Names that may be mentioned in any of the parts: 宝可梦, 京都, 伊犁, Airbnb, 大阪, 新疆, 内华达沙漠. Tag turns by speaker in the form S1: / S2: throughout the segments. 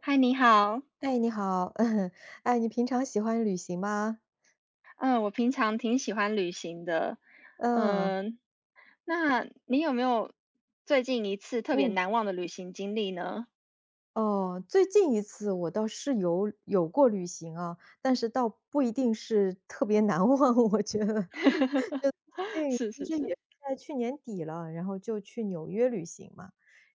S1: 嗨，你好。
S2: 哎，你好，哎，你平常喜欢旅行吗？
S1: 嗯，我平常挺喜欢旅行的。
S2: 嗯，
S1: 嗯，那你有没有最近一次特别
S2: 嗯，
S1: 难忘的旅行经历呢？
S2: 哦，最近一次我倒是有过旅行啊，但是倒不一定是特别难 忘，我觉得。对，
S1: 是
S2: 其
S1: 是
S2: 实
S1: 是
S2: 也是在去年底了，然后就去纽约旅行嘛。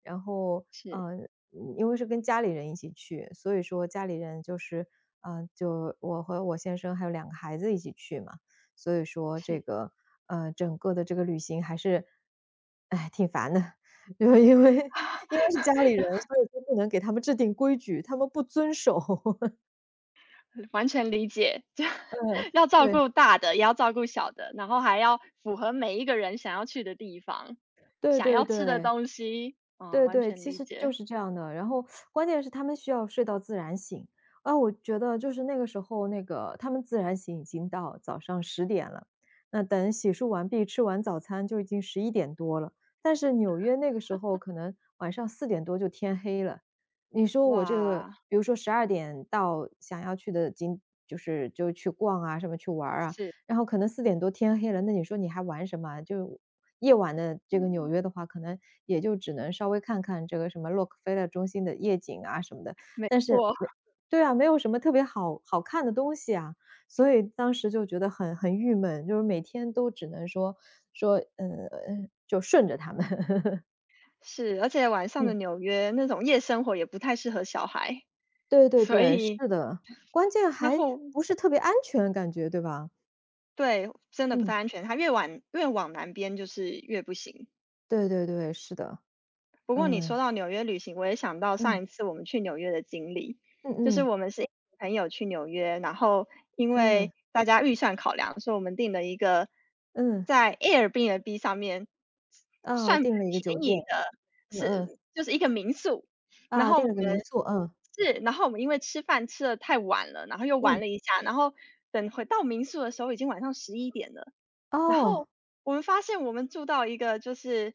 S2: 然后，
S1: 是
S2: 嗯，因为是跟家里人一起去，所以说家里人就是，嗯，就我和我先生还有2个孩子一起去嘛。所以说这
S1: 是，
S2: 个，整个的这个旅行还是，哎，挺烦的。因为因 为是家里人，所以就不能给他们制定规矩，他们不遵守。
S1: 完全理解。就
S2: 对，
S1: 要照
S2: 对。
S1: 顾大的，也要照顾小的，然后还要符合每一个人想要去的地方，
S2: 对
S1: 想
S2: 对
S1: 要吃的
S2: 对。
S1: 东西。嗯，
S2: 对
S1: 完
S2: 对，
S1: 全
S2: 其
S1: 理
S2: 实就
S1: 解。
S2: 是这样的。然后关键是他们需要睡到自然醒，啊，我觉得就是那个时候，那个他们自然醒已经到早上10点了，那等洗漱完毕、吃完早餐就已经11点多了。但是纽约那个时候可能晚上四点多就天黑了，你说我这个，
S1: 哇，
S2: 比如说12点到想要去的景，就是就去逛啊，什么去玩儿啊，
S1: 是，
S2: 然后可能四点多天黑了，那你说你还玩什么啊，就夜晚的这个纽
S1: 嗯，
S2: 约的话，可能也就只能稍微看看这个什么洛克菲勒中心的夜景啊什么的，
S1: 没
S2: 但是
S1: 错。
S2: 没对啊，没有什么特别好看的东西啊，所以当时就觉得很郁闷，就是每天都只能说说，嗯，就顺着他们。
S1: 是，而且晚上的
S2: 嗯，
S1: 纽约那种夜生活也不太适合小孩。
S2: 对 对
S1: 所
S2: 对，是
S1: 以
S2: 的，关键
S1: 然
S2: 还
S1: 后
S2: 不是特别安全感觉，对吧？
S1: 对，真的不
S2: 嗯，
S1: 太安全。它越往南边就是越不行。
S2: 对对对，是的，
S1: 不过你说
S2: 嗯，
S1: 到纽约旅行，我也想到
S2: 嗯，
S1: 上一次我们去纽约的经历，
S2: 嗯
S1: 就是
S2: 嗯，
S1: 我们是一群朋友去纽约，然后因
S2: 嗯，
S1: 为大家预算考量，所以我们订了一个
S2: 嗯。
S1: 在 Airbnb 上面
S2: 哦，
S1: 算蛮
S2: 订了一个酒
S1: 便
S2: 店，
S1: 宜的，
S2: 嗯嗯，
S1: 是就是一个民宿。然
S2: 啊，
S1: 后
S2: 订
S1: 我
S2: 了个民
S1: 们
S2: 宿，嗯，
S1: 是，然后我们因为吃饭吃的太晚了，然后又玩
S2: 嗯，
S1: 了一下，然后等回到民宿的时候已经晚上十一点了。然
S2: 哦，
S1: 后我们发现我们住到一个就是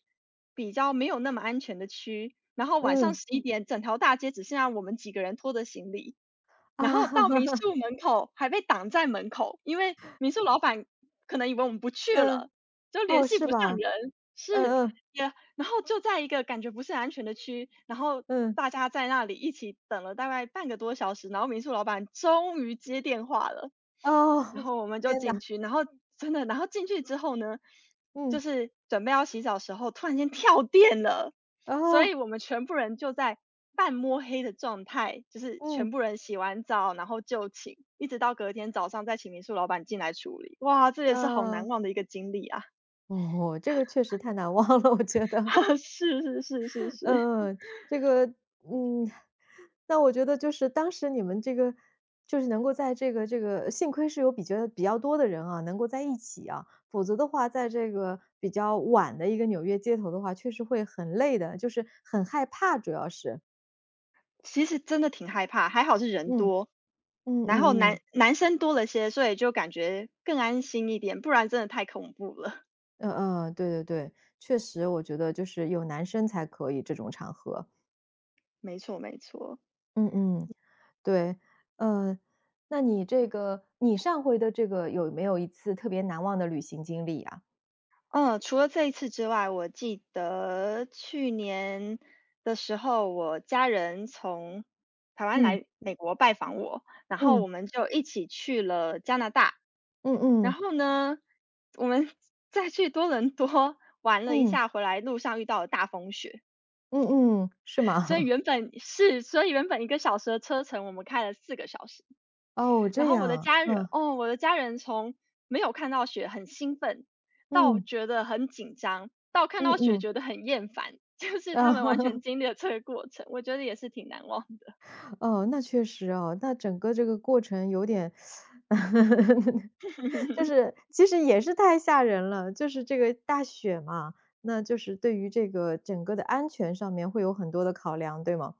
S1: 比较没有那么安全的区，然后晚上
S2: 嗯，
S1: 十一点整条大街只剩下我们几个人拖着行李，然
S2: 啊，
S1: 后到民 宿门口还被挡在门口，因为民宿老板可能以为我们不去
S2: 嗯，
S1: 了，就联
S2: 哦，
S1: 系
S2: 是
S1: 不上
S2: 吧？
S1: 人。是，
S2: 嗯嗯
S1: 也然后就在一个感觉不是很安全的区，然后
S2: 嗯，
S1: 大家在那里一起等了大概半个多小时，然后民宿老板终于接电话了，
S2: 哦，
S1: 然 后我们就
S2: 天
S1: 进
S2: 哪，
S1: 去，然后真的，然后进去之后呢，就
S2: 嗯，
S1: 是准备要洗澡的时候，突然间跳电了，所
S2: 哦，
S1: 以我们全部人就在半摸黑的状态，就是全
S2: 嗯，
S1: 部人洗完澡，然后就寝，一直到隔天早上再请民宿老板进来处理。哇，这也是好难
S2: 啊，
S1: 忘的一个经历啊！
S2: 哦，这个确实太难忘了，我觉得。
S1: 是是是是
S2: 嗯
S1: 是，
S2: 嗯，这个，嗯，那我觉得就是当时你们这个就是能够在这个这个幸亏是有比较多的人啊，能够在一起啊，否则的话，在这个比较晚的一个纽约街头的话，确实会很累的，就是很害怕，主要是。
S1: 其实真的挺害怕，还好是人
S2: 嗯
S1: 多，
S2: 嗯嗯
S1: 然后男
S2: 嗯
S1: 男生多了些，所以就感觉更安心一点，不然真的太恐怖了。
S2: 嗯嗯，对对对，确实，我觉得就是有男生才可以这种场合。
S1: 没错没错。
S2: 嗯嗯。对，呃，那你这个你上回的这个有没有一次特别难忘的旅行经历啊？
S1: 嗯，除了这一次之外，我记得去年的时候，我家人从台湾
S2: 嗯，
S1: 来美国拜访我，然后
S2: 嗯，
S1: 我们就一起去了加拿大。
S2: 嗯
S1: 然
S2: 嗯，
S1: 后呢，我们 再去多伦多玩了一
S2: 嗯，
S1: 下，回来路上遇到了大风雪。
S2: 嗯嗯，是吗？
S1: 所以原本1个小时的车程，我们开了4个小时。
S2: 哦，这样啊。
S1: 我的家人从没有看到雪很兴奋，到觉得很紧张，到看
S2: 嗯
S1: 到
S2: 嗯
S1: 雪
S2: 嗯
S1: 觉得很厌烦，就是
S2: 嗯，
S1: 他
S2: 啊，
S1: 们完全 经历了这个过程，我觉得也是挺难忘的。
S2: 哦，那确实哦，那整个这个过程有点 就是其实也是太吓人了，就是这个大雪嘛，那就是对于这个整个的安全上面会有很多的考量，对吗？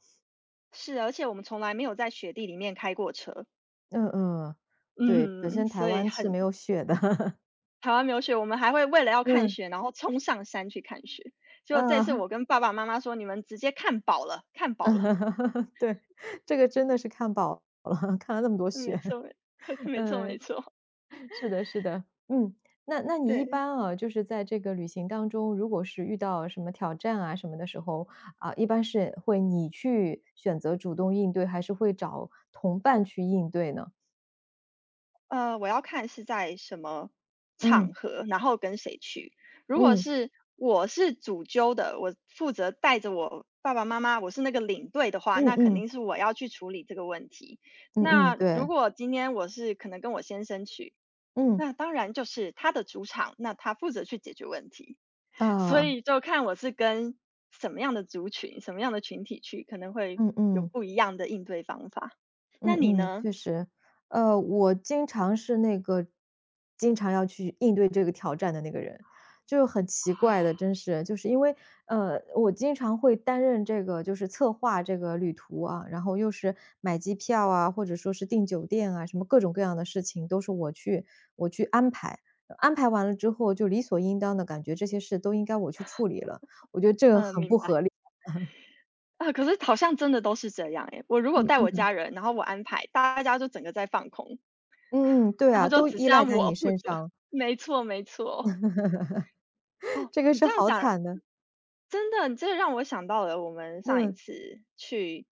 S1: 是，而且我们从来没有在雪地里面开过车。
S2: 嗯嗯，对，本
S1: 嗯，
S2: 身台
S1: 所以
S2: 湾是
S1: 很
S2: 没有雪的。
S1: 台湾没有雪，我们还会为了要看
S2: 嗯，
S1: 雪，然后冲上山去看雪。结果这次
S2: 啊，
S1: 我跟爸爸妈妈说：“你们直接看饱了，看饱了。”
S2: 对，这个真的是看饱了，看了那么多雪。
S1: 没错，没 没错，没
S2: 嗯，
S1: 错，
S2: 是的是的。嗯，那那你一
S1: 对。
S2: 般啊，就是在这个旅行当中，如果是遇到什么挑战啊什么的时候，啊，一般是会你去选择主动应对，还是会找同伴去应对呢？
S1: 我要看是在什么场
S2: 嗯，
S1: 合，然后跟谁去。如果
S2: 嗯，
S1: 是我是主揪的，我负责带着我爸爸妈妈，我是那个领队的话，
S2: 嗯
S1: 那肯
S2: 嗯，
S1: 定是我要去处理这个问题。
S2: 嗯嗯，
S1: 那如
S2: 对，
S1: 果今天我是可能跟我先生去，
S2: 嗯，
S1: 那当然就是他的主场，那他负责去解决问题。所
S2: 啊，
S1: 以就看我是跟什么样的族群、什么样的群体去，可能会
S2: 嗯
S1: 有
S2: 嗯。
S1: 不一样的应对方法。
S2: 嗯
S1: 那你
S2: 嗯，
S1: 呢？
S2: 确实。我经常是那个经常要去应对这个挑战的那个人，就是很奇
S1: 啊，
S2: 怪的，真是。就是因为，我经常会担任这个就是策划这个旅途啊，然后又是买机票啊，或者说是订酒店啊，什么各种各样的事情都是我去安排。安排完了之后就理所应当的感觉这些事都应该我去处理了，我觉得这个
S1: 嗯，
S2: 很
S1: 明
S2: 不
S1: 白。
S2: 合理。
S1: 啊，可是好像真的都是这样诶，我如果
S2: 嗯
S1: 带我
S2: 嗯。
S1: 家人，然后我安排，大家就整个在放空，
S2: 嗯嗯，对
S1: 然后
S2: 啊，
S1: 就
S2: 都
S1: 只
S2: 依
S1: 剩下
S2: 赖在
S1: 我
S2: 你
S1: 负
S2: 身
S1: 责。
S2: 上，
S1: 没错没错。哦，
S2: 这个
S1: 你
S2: 是
S1: 这样
S2: 好
S1: 讲
S2: 惨的。
S1: 真的，你这让我想到了我们上一
S2: 嗯，
S1: 次去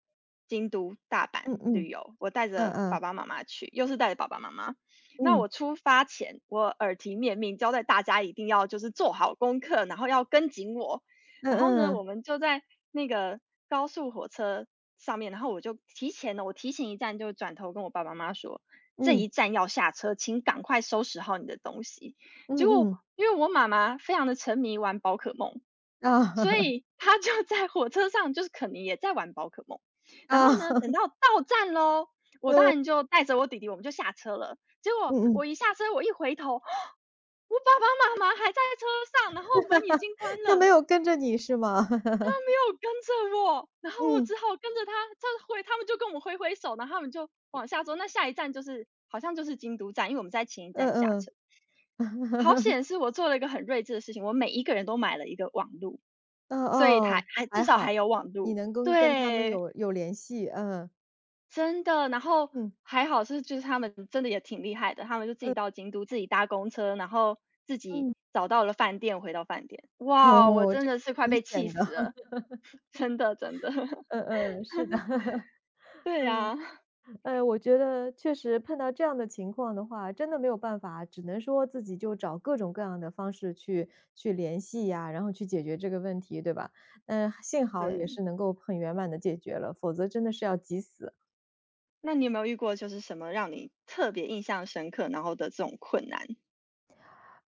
S1: 京都、大
S2: 嗯
S1: 阪旅
S2: 嗯，
S1: 游，我带
S2: 嗯
S1: 着爸
S2: 嗯，
S1: 爸妈妈去，又是带着爸爸妈妈。那
S2: 嗯，
S1: 我出发前，我耳提面命交代大家一定要就是做好功课，然后要跟紧我。然后呢，
S2: 嗯
S1: 我
S2: 嗯，
S1: 们就在那个高速火车上面，然后我就提前呢，我提前一站就转头跟我爸爸妈妈说，这
S2: 嗯，
S1: 一站要下车，请赶快收拾好你的东西。
S2: 嗯
S1: 结果
S2: 嗯，
S1: 因为我妈妈非常的沉迷玩宝可梦，
S2: 啊
S1: 所 以 她就在火车上就是可能也在玩宝可梦。然后
S2: 啊
S1: 呢，等 到到站喽，我当然就带着我弟弟我们就下车了。结果
S2: 嗯
S1: 我
S2: 嗯，
S1: 一下车，我一回头，我爸爸妈妈还在车上，然后门已经关
S2: 他没
S1: 了。
S2: 有跟着你是吗？
S1: 有跟着我，然后我
S2: 嗯，
S1: 只好跟着他，他挥他们就跟我挥挥手，然后他们就往下走。那下一站就是好像就是京都站，因为我们在前一站下
S2: 嗯嗯
S1: 车。好 险是我做了一个很睿智的事情，我每一个人都买了一个网路，
S2: 哦
S1: 所以他
S2: 哦，
S1: 还至
S2: 还
S1: 少还
S2: 好，
S1: 有网
S2: 你
S1: 路。
S2: 能跟他们
S1: 对，
S2: 有联系，嗯，
S1: 真的。然后
S2: 嗯，
S1: 还好是就是他们真的也挺厉害的，他们就自己
S2: 嗯
S1: 到京都，自己搭公车，然后自己
S2: 嗯，
S1: 找到了饭店，回到饭店。哇，我
S2: 哦，
S1: 真
S2: 这
S1: 的是快
S2: 挺危
S1: 被气
S2: 险的，
S1: 死了。真的真的。
S2: 嗯嗯，是的。
S1: 对呀，
S2: 我觉得确实碰到这样的情况的话，真的没有办法，只能说自己就找各种各样的方式去联系呀，然后去解决这个问题，对吧？嗯，幸好也
S1: 对。
S2: 是能够很圆满的解决了，否则真的是要急死。
S1: 那你有没有遇过就是什么让你特别印象深刻，然后的这种困难？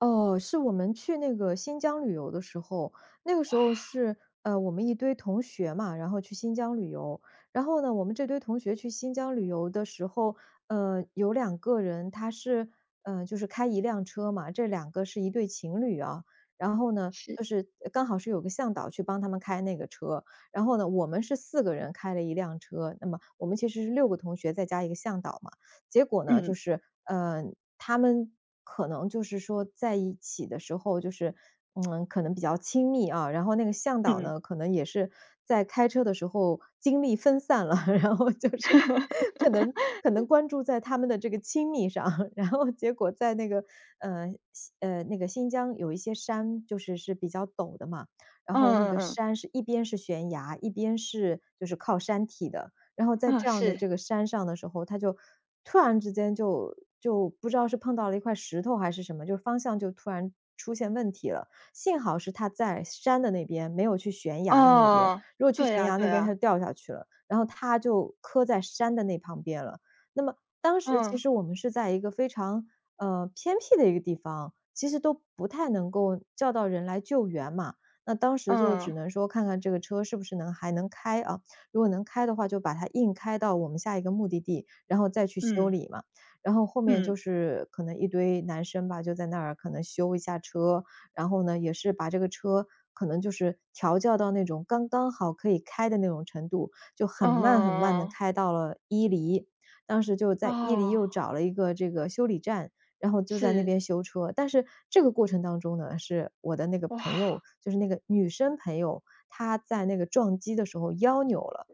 S2: 哦，是我们去那个新疆旅游的时候，那个时候是，我们一堆同学嘛，然后去新疆旅游。然后呢，我们这堆同学去新疆旅游的时候，有2个人他是，就是开一辆车嘛，这两个是一对情侣啊。然后呢，
S1: 是。
S2: 就是刚好是有个向导去帮他们开那个车。然后呢，我们是4个人开了一辆车，那么我们其实是6个同学再加一个向导嘛。结果呢，就
S1: 嗯，
S2: 是，他们可能就是说在一起的时候，就是，嗯，可能比较亲密啊，然后那个向导
S1: 嗯。
S2: 呢，可能也是在开车的时候精力分散了，然后就是 可能可 能关注在他们的这个亲密上，然后结果在那个，呃，那个新疆有一些山就是是比较陡的嘛，然
S1: 嗯
S2: 后那
S1: 嗯
S2: 个
S1: 嗯，
S2: 山是一边是悬崖，一边是就是靠山体的，然后在
S1: 嗯，
S2: 这样的
S1: 是，
S2: 这个山上的时候，他就突然之间就不知道是碰到了一块石头还是什么，就方向就突然出现问题了。幸好是他在山的那边，没有去悬崖的那边，
S1: 哦，
S2: 如果去
S1: 对
S2: 悬
S1: 呀
S2: 崖
S1: 对
S2: 那边他
S1: 呀，
S2: 就掉下去了，然后他就磕在山的那旁边了。那么当时其
S1: 嗯，
S2: 实我们是在一个非常，偏僻的一个地方，其实都不太能够叫到人来救援嘛。那当时就只
S1: 嗯，
S2: 能说看看这个车是不是能还能开啊。如果能开的话，就把它硬开到我们下一个目的地，然后再去修
S1: 嗯，
S2: 理嘛。然后后面
S1: 嗯，
S2: 就是可能一堆男生吧，就在那儿可能修一下车，然后呢，也是把这个车可能就是调教到那种刚刚好可以开的那种程度，就
S1: 嗯，
S2: 很慢很慢的
S1: 哦
S2: 开到了伊犁。当时就在伊犁
S1: 哦，
S2: 又找了一个这个修理站，然后就在那
S1: 是，
S2: 边修车。但是这个过程当中呢，是我的那个
S1: 哇，
S2: 朋友，就是那个女生朋友，她在那个撞击的时候腰扭了。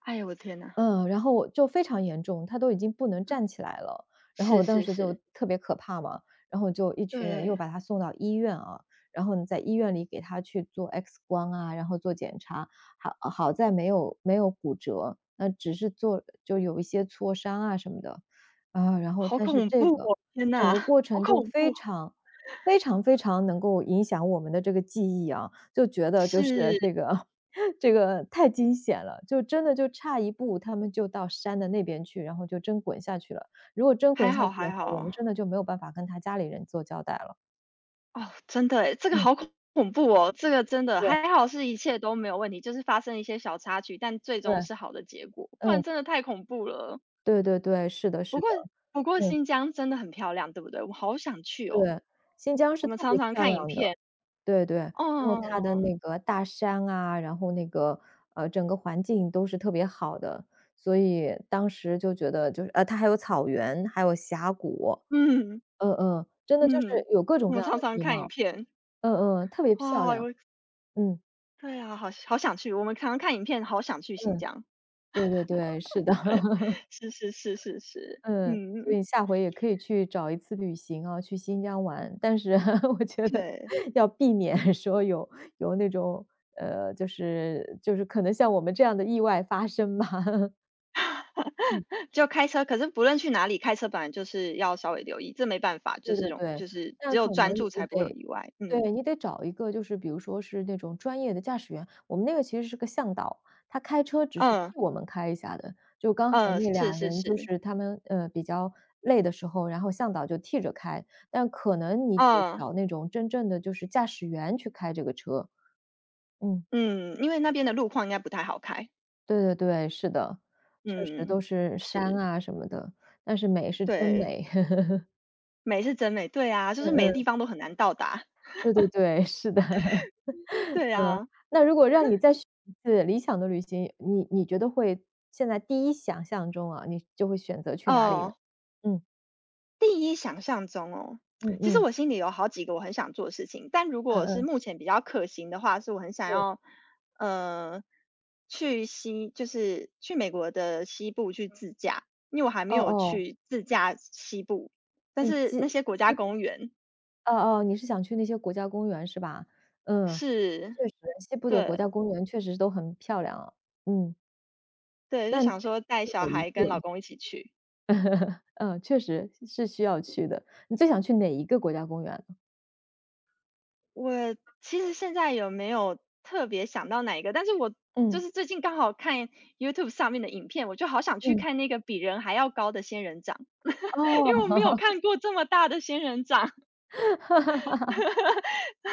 S1: 哎呦我天呐，
S2: 嗯，然后我就非常严重，他都已经不能站起来了。然后
S1: 是
S2: 我当
S1: 是
S2: 时就
S1: 是，
S2: 特别可怕嘛，然后就一群人又
S1: 对，
S2: 把他送到医院啊，然后呢，在医院里给他去做 X 光啊，然后做检查，好好在没有骨折，那只是做就有一些挫伤啊什么的。啊，然后
S1: 好
S2: 但是
S1: 恐怖
S2: 这个
S1: 哦，天
S2: 整
S1: 呐，
S2: 个过
S1: 好
S2: 程就
S1: 恐
S2: 非
S1: 怖，
S2: 常非常非常能够影响我们的这个记忆啊，就觉得
S1: 是，
S2: 就是这个这个太惊险了，就真的就差一步，他们就到山的那边去，然后就真滚下去了。如果真
S1: 还
S2: 滚下
S1: 好
S2: 去
S1: 还
S2: 的话，我
S1: 好。
S2: 们真的就没有办法跟他家里人做交代了。
S1: 哦，真的诶，这个
S2: 嗯，
S1: 好恐怖哦，这个真的，
S2: 对
S1: 还好是一切都没有问题，就是发生一些小插曲，但最
S2: 对，
S1: 终是好的结果，不然
S2: 嗯，
S1: 真的太恐怖了。
S2: 对对对，是的
S1: 不
S2: 是的，
S1: 过不过
S2: 嗯，
S1: 新疆真的很漂亮，对不对？我好想去哦，
S2: 对，新疆
S1: 我
S2: 是
S1: 们
S2: 特
S1: 常
S2: 别
S1: 常
S2: 漂
S1: 看影
S2: 亮的，
S1: 片。
S2: 对对。然后它的
S1: 哦，
S2: 那个大山啊，然后那个，整个环境都是特别好的，所以当时就觉得就是它还有草原，还有峡谷，
S1: 嗯
S2: 嗯嗯，真的就
S1: 嗯，
S2: 是有各种
S1: 我
S2: 各
S1: 们
S2: 样
S1: 常
S2: 的
S1: 常
S2: 地
S1: 看影
S2: 貌。
S1: 片，
S2: 嗯嗯，特别漂
S1: 哇，
S2: 亮，
S1: 我
S2: 嗯，
S1: 对啊，好好想去，我们常常看影片，好想去新
S2: 嗯，
S1: 疆。
S2: 对对对，是的，
S1: 是是是是是，
S2: 嗯，所
S1: 嗯，
S2: 以下回也可以去找一次旅行啊，去新疆玩，但是 我觉得
S1: 对。
S2: 要避免 说有那种，就是可能像我们这样的意外发生吧。嗯。
S1: 就开车，可是不论去哪里，开车本来就是要稍微留意，这没办法，就
S2: 对
S1: 是
S2: 对
S1: 容
S2: 对，
S1: 就是只
S2: 那
S1: 有
S2: 可能
S1: 专注
S2: 你
S1: 才不会有
S2: 得
S1: 意外。嗯，
S2: 对，你得找一个就是比如说是那种专业的驾驶员，我们那个其实是个向导，他开车只是
S1: 嗯，
S2: 替我们开一下的，就刚好
S1: 嗯，
S2: 那
S1: 是
S2: 俩
S1: 是
S2: 人就
S1: 是，
S2: 是他们，比较累的时候，然后向导就替着开，但可能你得
S1: 嗯，
S2: 找那种真正的就是驾驶员去开这个车。嗯，
S1: 嗯，因为那边的路况应该不太好开。
S2: 对对对，是的，确实
S1: 嗯，
S2: 都是山
S1: 是，
S2: 啊什么的，但是美是真
S1: 对，
S2: 美。
S1: 美是真美，对啊，就是
S2: 嗯
S1: 每个
S2: 嗯，
S1: 地方都很难到达，
S2: 对对对，是的。
S1: 对
S2: 嗯，
S1: 啊。
S2: 那如果让你再选一次理想的旅行，你觉得会现在第一想象中啊，你就会选择去哪里呢？
S1: 嗯，
S2: 嗯，
S1: 第一想象中哦，
S2: 嗯
S1: 其实
S2: 嗯，
S1: 我心里有好几个我很想做的事情，但如
S2: 嗯
S1: 果是
S2: 嗯，
S1: 目前比较可行的话，是我很想
S2: 对，
S1: 要，呃，就是去美国的西部去自驾，因为我还没
S2: 哦
S1: 有
S2: 哦，
S1: 去自驾西部，但
S2: 你
S1: 是那
S2: 记
S1: 些国家公园
S2: 哦哦，你是想去那些国家公园是吧？嗯，
S1: 是
S2: 确实，西部的国
S1: 对
S2: 家公园确实都很漂亮啊。嗯，
S1: 对，就
S2: 那你
S1: 想
S2: 最
S1: 说带
S2: 想
S1: 小
S2: 去哪一
S1: 孩跟老
S2: 个？
S1: 公一起去。
S2: 嗯，确实是需要去的。你最想去哪一个国家公园呢？
S1: 我其实现在有没有特别想到哪一个，但是我就
S2: 嗯，
S1: 是最近刚好看 YouTube 上面的影片，我就好想去
S2: 嗯，
S1: 看那个比人还要高的仙人掌，
S2: 哦，
S1: 因为我没有看过这么大的仙人掌，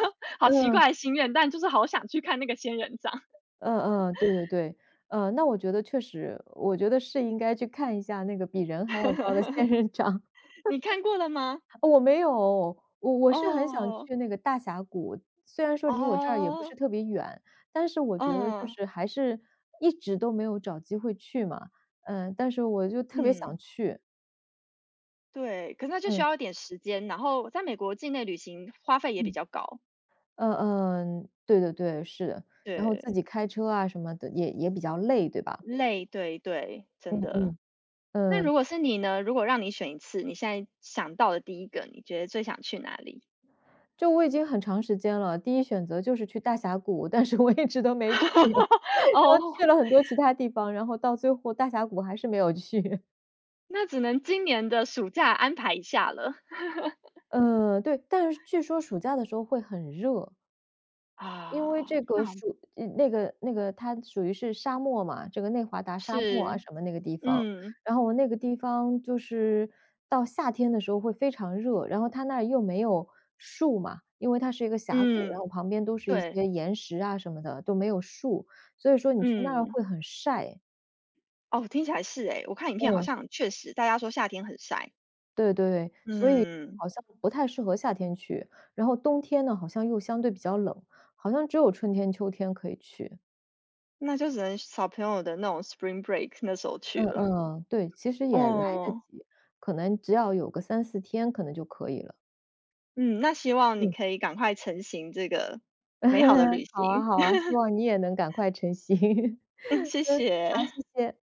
S1: 好奇
S2: 嗯。
S1: 怪的心愿，但就是好想去看那个仙人掌。
S2: 嗯嗯，对对对。那我觉得确实，我觉得是应该去看一下那个比人还要高的仙人掌。
S1: 你看过了吗？
S2: 我没有，我是很想
S1: 哦，
S2: 去那个大峡谷，虽然说离我这儿也不
S1: 哦，
S2: 是特别远，但是我觉得就
S1: 嗯，
S2: 是还是一直都没有找机会去嘛。嗯，但是我就特别
S1: 嗯，
S2: 想去。
S1: 对，可是那就需
S2: 嗯
S1: 要一点时间，然后在美国境内旅行花费也比
S2: 嗯，
S1: 较高，
S2: 嗯嗯，呃对对对，是的。然后自
S1: 对，
S2: 己开车啊什么的也比较累，对吧？
S1: 累，对对，
S2: 嗯
S1: 真的。
S2: 嗯，
S1: 那
S2: 嗯。
S1: 如果是你呢？如果让你选一次，你现在想到的第一个，你觉得最想去哪里？
S2: 就我已经很长时间了，第一选择就是去大峡谷，但是我一直都没去，然后
S1: 哦，
S2: 去了很多其他地方，然后到最后大峡谷还是没有去。
S1: 那只能今年的暑假安排一下了。
S2: 对，但是据说暑假的时候会很热。因
S1: 啊，
S2: 为这
S1: 那
S2: 个 属它属于是沙漠嘛，这个内华达沙漠啊
S1: 是，
S2: 什么那个地方，
S1: 嗯，
S2: 然后那个地方就是到夏天的时候会非常热，然后它那儿又没有树嘛，因为它是一个峡谷，然
S1: 嗯，
S2: 后旁边都是一
S1: 对，
S2: 些岩石啊什么的，都没有树，所以说你去那儿
S1: 嗯，
S2: 会很晒。
S1: 哦，听起来是诶，我看影片好
S2: 嗯，
S1: 像确实大家说夏天很晒。
S2: 对对对，所以
S1: 嗯，
S2: 好像不太适合夏天去，然后冬天呢，好像又相对比较冷，好像只有春天、秋天可以去。
S1: 那就只能小朋友的那种 spring break 那时候去
S2: 嗯
S1: 了。
S2: 嗯，对，其实也来得
S1: 哦，
S2: 及，可能只要有个3、4天可能就可以了。
S1: 嗯，那希望你
S2: 嗯，
S1: 可以赶快成行这个美好的旅
S2: 好啊
S1: 行。
S2: 好啊，希望你也能赶快成型。
S1: 谢
S2: 嗯，
S1: 谢。
S2: 好，谢谢。